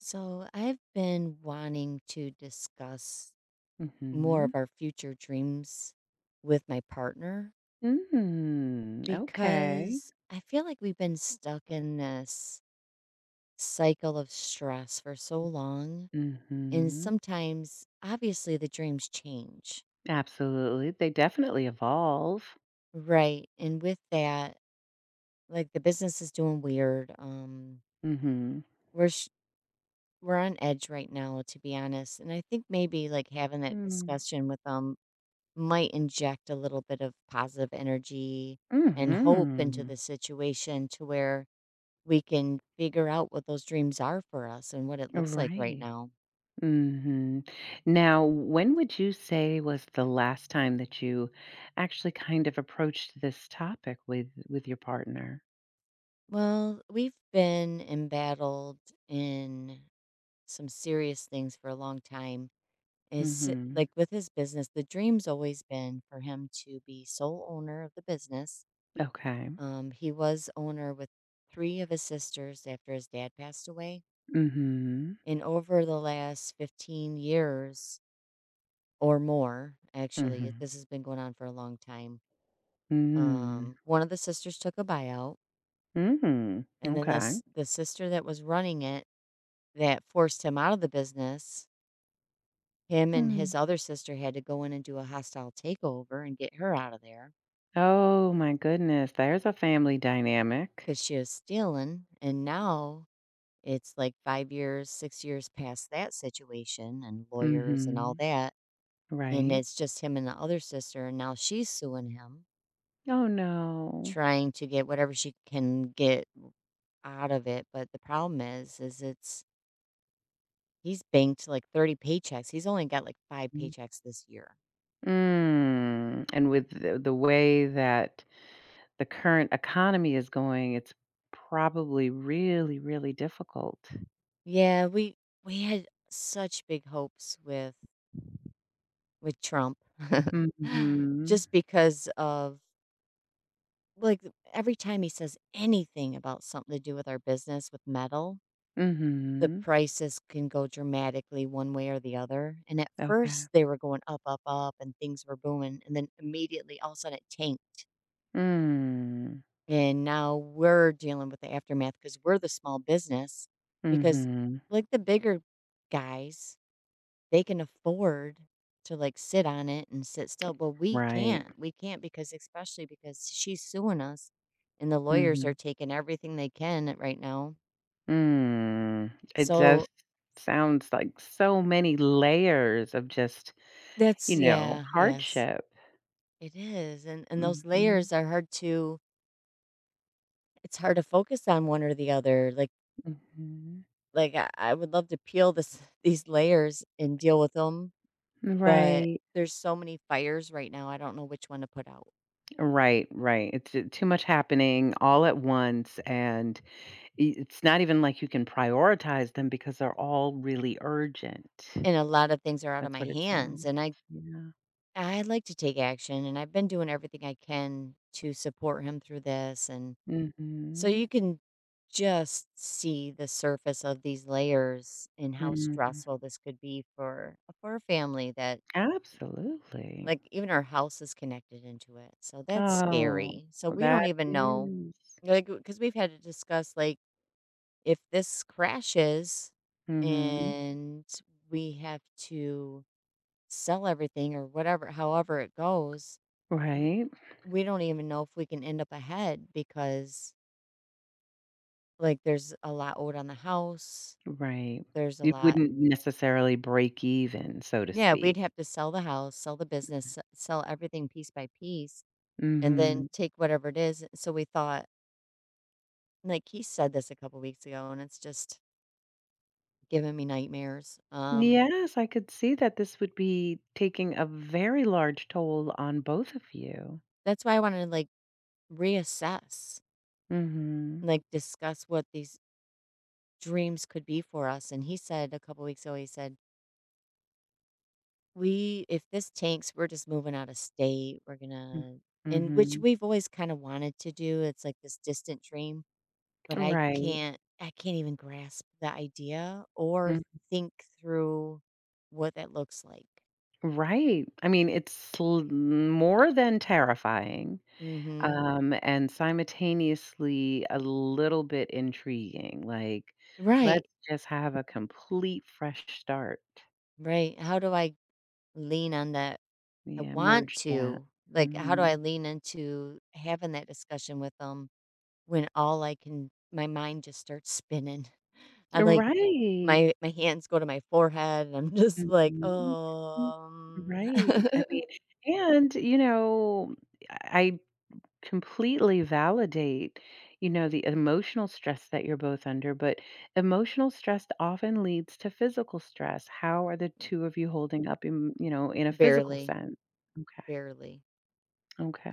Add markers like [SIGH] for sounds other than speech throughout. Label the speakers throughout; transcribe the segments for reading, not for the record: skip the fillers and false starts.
Speaker 1: So I've been wanting to discuss more of
Speaker 2: Mhm.
Speaker 1: our future dreams with my partner
Speaker 2: Mm, okay.
Speaker 1: because I feel like we've been stuck in this cycle of stress for so long. And
Speaker 2: Mhm.
Speaker 1: sometimes, obviously, the dreams change.
Speaker 2: Absolutely. They definitely evolve.
Speaker 1: Right. And with that, like, the business is doing weird.
Speaker 2: Mhm.
Speaker 1: We're, sh- we're on edge right now, to be honest. And I think maybe, like, having that
Speaker 2: Mm.
Speaker 1: discussion with them might inject a little bit of positive energy and hope into
Speaker 2: Mhm.
Speaker 1: the situation to where we can figure out what those dreams are for us and what it looks like right
Speaker 2: Right.
Speaker 1: now.
Speaker 2: Mhm. Now, when would you say was the last time that you actually kind of approached this topic with your partner?
Speaker 1: Well, we've been embattled in some serious things for a long time. Is
Speaker 2: Mhm.
Speaker 1: like with his business, the dream's always been for him to be sole owner of the business.
Speaker 2: Okay.
Speaker 1: He was owner with three of his sisters after his dad passed away.
Speaker 2: Mhm.
Speaker 1: And over the last 15 years or more, actually,
Speaker 2: Mhm.
Speaker 1: this has been going on for a long time.
Speaker 2: Mm.
Speaker 1: One of the sisters took a buyout,
Speaker 2: Mhm.
Speaker 1: and then
Speaker 2: Okay.
Speaker 1: this the sister that was running it that forced him out of the business. Him and
Speaker 2: Mm.
Speaker 1: his other sister had to go in and do a hostile takeover and get her out of there
Speaker 2: Oh my goodness, there's a family dynamic.
Speaker 1: because she was stealing. And now it's like 5 years, 6 years past that situation, and lawyers and all
Speaker 2: Mhm.
Speaker 1: that. And
Speaker 2: Right.
Speaker 1: it's just him and the other sister, and now she's suing him
Speaker 2: Oh, no.
Speaker 1: trying to get whatever she can get out of it, but the problem is it's he's banked, like, 30 paychecks, he's only got, like, 5
Speaker 2: Mm.
Speaker 1: paychecks this year.
Speaker 2: Mm, and with the way that the current economy is going, it's probably really, really difficult.
Speaker 1: Yeah, we had such big hopes with Trump [LAUGHS]
Speaker 2: Mhm.
Speaker 1: just because of, like, every time he says anything about something to do with our business with metal, the
Speaker 2: Mhm.
Speaker 1: prices can go dramatically one way or the other, and at
Speaker 2: Okay.
Speaker 1: first, they were going up, up, up, and things were booming, and then immediately, all of a sudden, it tanked.
Speaker 2: Mm.
Speaker 1: And now we're dealing with the aftermath because 'cause we're the small business, because,
Speaker 2: Mhm.
Speaker 1: like, the bigger guys, they can afford to, like, sit on it and sit still, but we
Speaker 2: Right.
Speaker 1: can't, we can't, because especially because she's suing us, and the lawyers are
Speaker 2: Mhm.
Speaker 1: taking everything they can right now.
Speaker 2: Mm. It
Speaker 1: So
Speaker 2: just sounds like so many layers of just
Speaker 1: that's
Speaker 2: you know,
Speaker 1: yeah, yes,
Speaker 2: hardship.
Speaker 1: it is, and those
Speaker 2: Mhm,
Speaker 1: layers are hard to it's hard to focus on one or the other, like
Speaker 2: mhm.
Speaker 1: like, I would love to peel this [LAUGHS] these layers and deal with them. But
Speaker 2: Right,
Speaker 1: there's so many fires right now, I don't know which one to put out.
Speaker 2: right, right. It's t too much happening all at once, and I it's not even like you can prioritize them because they're all really urgent.
Speaker 1: And a lot of things are out of
Speaker 2: That's
Speaker 1: my
Speaker 2: what it
Speaker 1: hands,
Speaker 2: sounds,
Speaker 1: and I
Speaker 2: yeah.
Speaker 1: I like to take action, and I've been doing everything I can to support him through this, and so
Speaker 2: Mhm,
Speaker 1: you can just see the surface of these layers and how
Speaker 2: mhm.
Speaker 1: stressful this could be for a family that
Speaker 2: Absolutely.
Speaker 1: like even our house is connected into it. So that's
Speaker 2: Oh,
Speaker 1: scary. So
Speaker 2: well,
Speaker 1: we don't
Speaker 2: that
Speaker 1: even know
Speaker 2: is
Speaker 1: like because we've had to discuss like if this crashes
Speaker 2: mhm.
Speaker 1: and we have to sell everything or whatever, however it goes,
Speaker 2: Right,
Speaker 1: we don't even know if we can end up ahead because, like, there's a lot owed on the house.
Speaker 2: right.
Speaker 1: There's a
Speaker 2: You
Speaker 1: lot.
Speaker 2: wouldn't necessarily break even, so to
Speaker 1: Yeah, we'd
Speaker 2: speak.
Speaker 1: have to sell the house, sell the business, sell everything piece by piece, and then
Speaker 2: Mhm.
Speaker 1: take whatever it is. So we thought, like, he said this a couple weeks ago, and it's just giving me nightmares.
Speaker 2: Yes, I could see that this would be taking a very large toll on both of you.
Speaker 1: That's why I wanted to like reassess,
Speaker 2: Mm.
Speaker 1: like, discuss what these dreams could be for us, and he said a couple weeks ago, he said, "We if this tanks, we're just moving out of state, we're
Speaker 2: Mhm.
Speaker 1: gonna," and which
Speaker 2: Mm,
Speaker 1: we've always kinda wanted to do, it's like this distant dream, but
Speaker 2: mhm. Right.
Speaker 1: I can't even grasp the idea or
Speaker 2: Mm,
Speaker 1: think through what that looks like.
Speaker 2: right. I mean, it's sl more than terrifying,
Speaker 1: Mhm.
Speaker 2: and simultaneously a little bit intriguing, like, let's
Speaker 1: Right,
Speaker 2: just have a complete fresh start.
Speaker 1: right, how do I lean on that? I
Speaker 2: Yeah,
Speaker 1: want
Speaker 2: merge that.
Speaker 1: to, like, how do I
Speaker 2: Mhm.
Speaker 1: lean into having that discussion with them?" when all I can my mind just starts spinning. [LAUGHS] I like
Speaker 2: Right.
Speaker 1: my hands go to my forehead and I'm [LAUGHS] just like, oh,
Speaker 2: Mhm. Mm. Right, I
Speaker 1: [LAUGHS]
Speaker 2: mean, and, you know, I I completely validate, you know, the emotional stress that you're both under, but emotional stress often leads to physical stress. How are the 2 of you holding up in, you know, in a physical
Speaker 1: barely,
Speaker 2: sense? Okay,
Speaker 1: barely.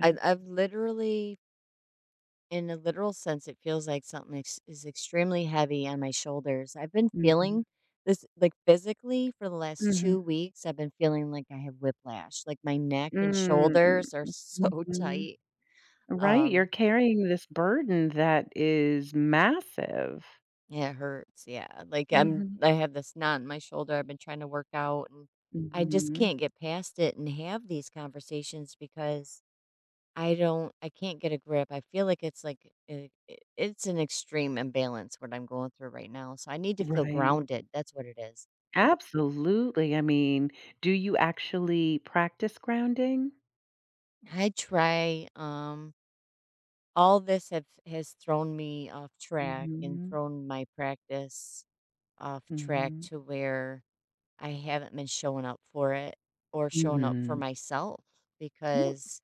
Speaker 1: I I've literally in a literal sense it feels like is extremely heavy on my shoulders. I've been
Speaker 2: Mhm.
Speaker 1: feeling this like physically for the last
Speaker 2: Mhm.
Speaker 1: 2 weeks I've been feeling like I have whiplash. Like my neck and
Speaker 2: Mm,
Speaker 1: shoulders are so [LAUGHS]
Speaker 2: mhm.
Speaker 1: tight.
Speaker 2: Right, you're
Speaker 1: Um
Speaker 2: carrying this burden that is massive.
Speaker 1: Yeah, it hurts, yeah, like,
Speaker 2: Mhm.
Speaker 1: I have this knot in my shoulder, I've been trying to work out, and I just
Speaker 2: Mhm.
Speaker 1: can't get past it and have these conversations because I can't get a grip, I feel like it's like it's an extreme imbalance what I'm going through right now, so I need to feel
Speaker 2: Right.
Speaker 1: grounded, that's what it is.
Speaker 2: Absolutely, I mean, do you actually practice grounding?
Speaker 1: I try, all this have has thrown me off track and
Speaker 2: Mhm,
Speaker 1: thrown my practice off track
Speaker 2: mhm,
Speaker 1: to where I haven't been showing up for it or showing up for
Speaker 2: mhm.
Speaker 1: myself
Speaker 2: Oh,
Speaker 1: because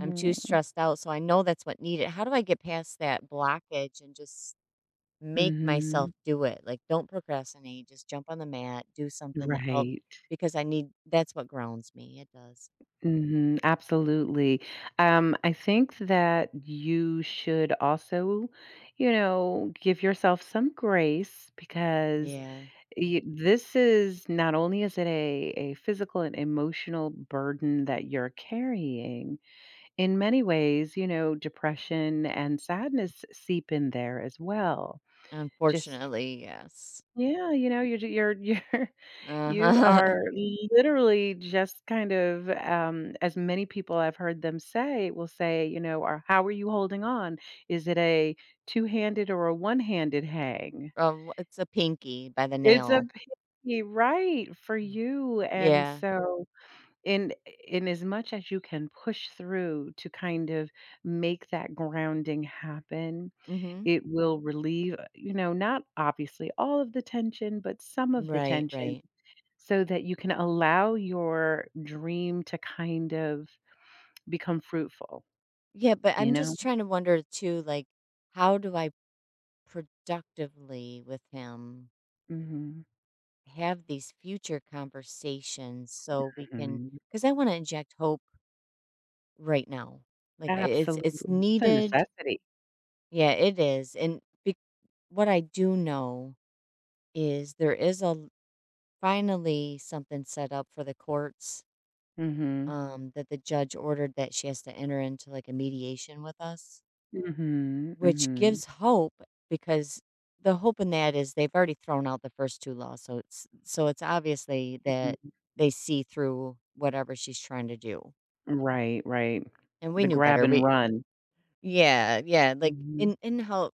Speaker 1: I'm too stressed out. So I know that's what needed. How do I get past that blockage and just make myself
Speaker 2: mhm.
Speaker 1: do it? Like, don't procrastinate. Just jump on the mat, do something that helps
Speaker 2: Right,
Speaker 1: because I need that's what grounds me. It does.
Speaker 2: mhm, absolutely. I think that you should also, you know, give yourself some grace because
Speaker 1: Yeah.
Speaker 2: y this is not only is it a physical and emotional burden that you're carrying, in many ways, you know, depression and sadness seep in there as well. Just
Speaker 1: Unfortunately, yes.
Speaker 2: yeah, you know, you're [LAUGHS] you
Speaker 1: Uh-huh.
Speaker 2: are
Speaker 1: [LAUGHS]
Speaker 2: literally just kind of, as many people I've heard them say will say, you know, are how are you holding on? Is it a two-handed or a one-handed hang?
Speaker 1: It's a pinky by the
Speaker 2: It's a
Speaker 1: nail.
Speaker 2: pity, right, for
Speaker 1: Mm.
Speaker 2: you. And
Speaker 1: Yeah.
Speaker 2: so in in as much as you can push through to kind of make that grounding happen,
Speaker 1: Mm-hmm.
Speaker 2: it will relieve, you know, not obviously all of the tension but some of the
Speaker 1: Right,
Speaker 2: tension,
Speaker 1: right.
Speaker 2: so that you can allow your dream to kind of become fruitful,
Speaker 1: Yeah, but
Speaker 2: you
Speaker 1: I'm
Speaker 2: know.
Speaker 1: just trying to wonder too, like, how do I productively with him
Speaker 2: Mhm.
Speaker 1: have these future conversations so we can,
Speaker 2: Mhm,
Speaker 1: because I want to inject hope right now. Like, it's
Speaker 2: absolutely, it's a
Speaker 1: needed.
Speaker 2: necessity.
Speaker 1: Yeah, it is. And be, what I do know is there is finally something set up for the courts,
Speaker 2: Mhm,
Speaker 1: that the judge ordered that she has to enter into like a mediation with us.
Speaker 2: mhm,
Speaker 1: Which
Speaker 2: mhm,
Speaker 1: gives hope because the hope in that is they've already thrown out the first 2 laws, so it's obviously that
Speaker 2: mhm.
Speaker 1: they see through whatever she's trying to do,
Speaker 2: Right, right,
Speaker 1: and we
Speaker 2: the
Speaker 1: knew
Speaker 2: grab
Speaker 1: better,
Speaker 2: and
Speaker 1: we
Speaker 2: run.
Speaker 1: yeah, yeah, like,
Speaker 2: Mhm,
Speaker 1: and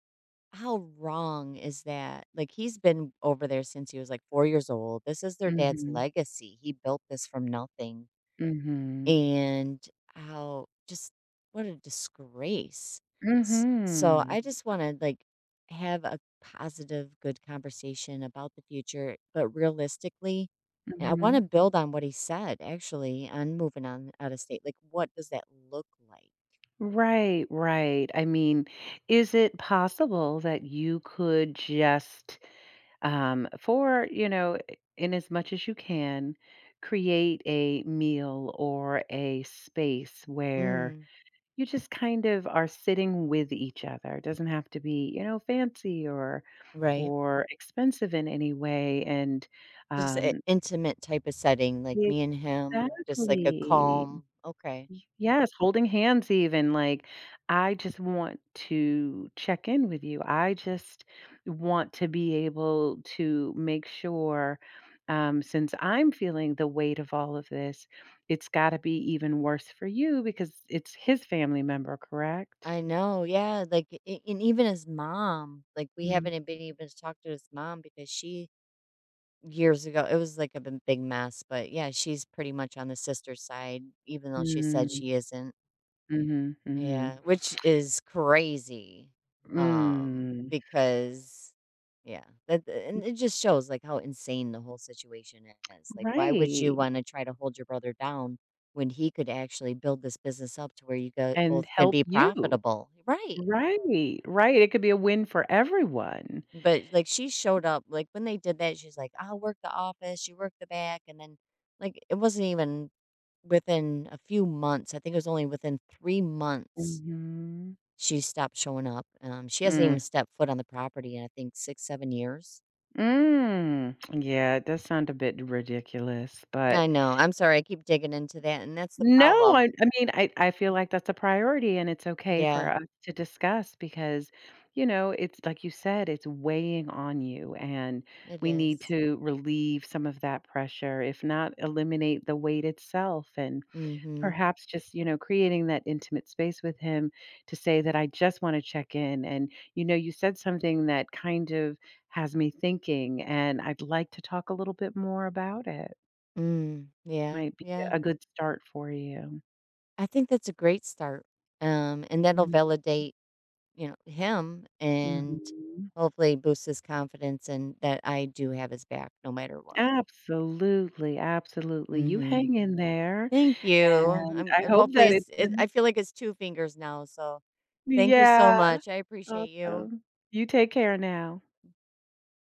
Speaker 1: how wrong is that? Like, he's been over there since he was, like, 4 years old, this is their dad's
Speaker 2: mhm.
Speaker 1: legacy, he built this from nothing.
Speaker 2: Mhm.
Speaker 1: And how just what a disgrace. So
Speaker 2: Mhm.
Speaker 1: I just want to like have a positive, good conversation about the future, but realistically, and I want
Speaker 2: Mhm.
Speaker 1: to build on what he said actually on moving on out of state. Like, what does that look like?
Speaker 2: Right, right. I mean, is it possible that you could just, for, you know, in as much as you can, create a meal or a space where
Speaker 1: Mm,
Speaker 2: you just kind of are sitting with each other? It doesn't have to be, you know, fancy
Speaker 1: right.
Speaker 2: or expensive in any way, and,
Speaker 1: Just an
Speaker 2: um.
Speaker 1: intimate type of setting, like me and him, just like a
Speaker 2: Exactly.
Speaker 1: calm, okay.
Speaker 2: Y Yes, holding hands even, like, I just want to check in with you. I just want to be able to make sure, since I'm feeling the weight of all of this, it's gotta be even worse for you because it's his family member, correct?
Speaker 1: I know, yeah, like, a and even his mom, like, we
Speaker 2: Mm.
Speaker 1: haven't been able to talk to his mom because she years ago it was like a b big mess, but yeah, she's pretty much on the sister's side, even though she said
Speaker 2: Mm,
Speaker 1: she isn't.
Speaker 2: mhm, mhm.
Speaker 1: Yeah, which is crazy,
Speaker 2: Mm,
Speaker 1: because yeah, that and it just shows, like, how insane the whole situation is, like, why would you
Speaker 2: right,
Speaker 1: wanna try to hold your brother down when he could actually build this business up to where you go
Speaker 2: and
Speaker 1: both could
Speaker 2: help
Speaker 1: be
Speaker 2: you.
Speaker 1: profitable? Right.
Speaker 2: Right, right, it could be a win for everyone.
Speaker 1: But, like, she showed up, like, when they did that, she's like, "I'll work the office, you work the back," and then, like, it wasn't even within a few months, I think it was only within 3 months
Speaker 2: Mhm.
Speaker 1: she stopped showing up, she hasn't
Speaker 2: Mm.
Speaker 1: even stepped foot on the property in, I think, 6, 7 years.
Speaker 2: Mm. Yeah, it does sound a bit ridiculous, but
Speaker 1: I know, I'm sorry, I keep digging into that, and that's the
Speaker 2: no,
Speaker 1: problem.
Speaker 2: I mean, I feel like that's a priority and it's okay for
Speaker 1: Yeah,
Speaker 2: us to discuss because, you know, it's like you said, it's weighing on you, and
Speaker 1: it
Speaker 2: we need
Speaker 1: is.
Speaker 2: to relieve some of that pressure, if not eliminate the weight itself. And
Speaker 1: Mhm.
Speaker 2: perhaps just, you know, creating that intimate space with him to say that I just want to check in. And, you know, you said something that kind of has me thinking, and I'd like to talk a little bit more about it.
Speaker 1: Mm, yeah,
Speaker 2: Might be
Speaker 1: yeah.
Speaker 2: a good start for you.
Speaker 1: I think that's a great start, and that'll
Speaker 2: Mhm.
Speaker 1: validate you know, him and
Speaker 2: Mhm.
Speaker 1: hopefully boosts his confidence and that I do have his back no matter what.
Speaker 2: Absolutely, absolutely. You
Speaker 1: Mhm.
Speaker 2: hang in there,
Speaker 1: Thank you.
Speaker 2: and
Speaker 1: I'm
Speaker 2: I hope
Speaker 1: hopefully
Speaker 2: that
Speaker 1: it's
Speaker 2: it's
Speaker 1: it,
Speaker 2: been—
Speaker 1: I feel like it's 2 fingers now, so thank you so
Speaker 2: Yeah,
Speaker 1: much. I appreciate you.
Speaker 2: awesome. You take care now.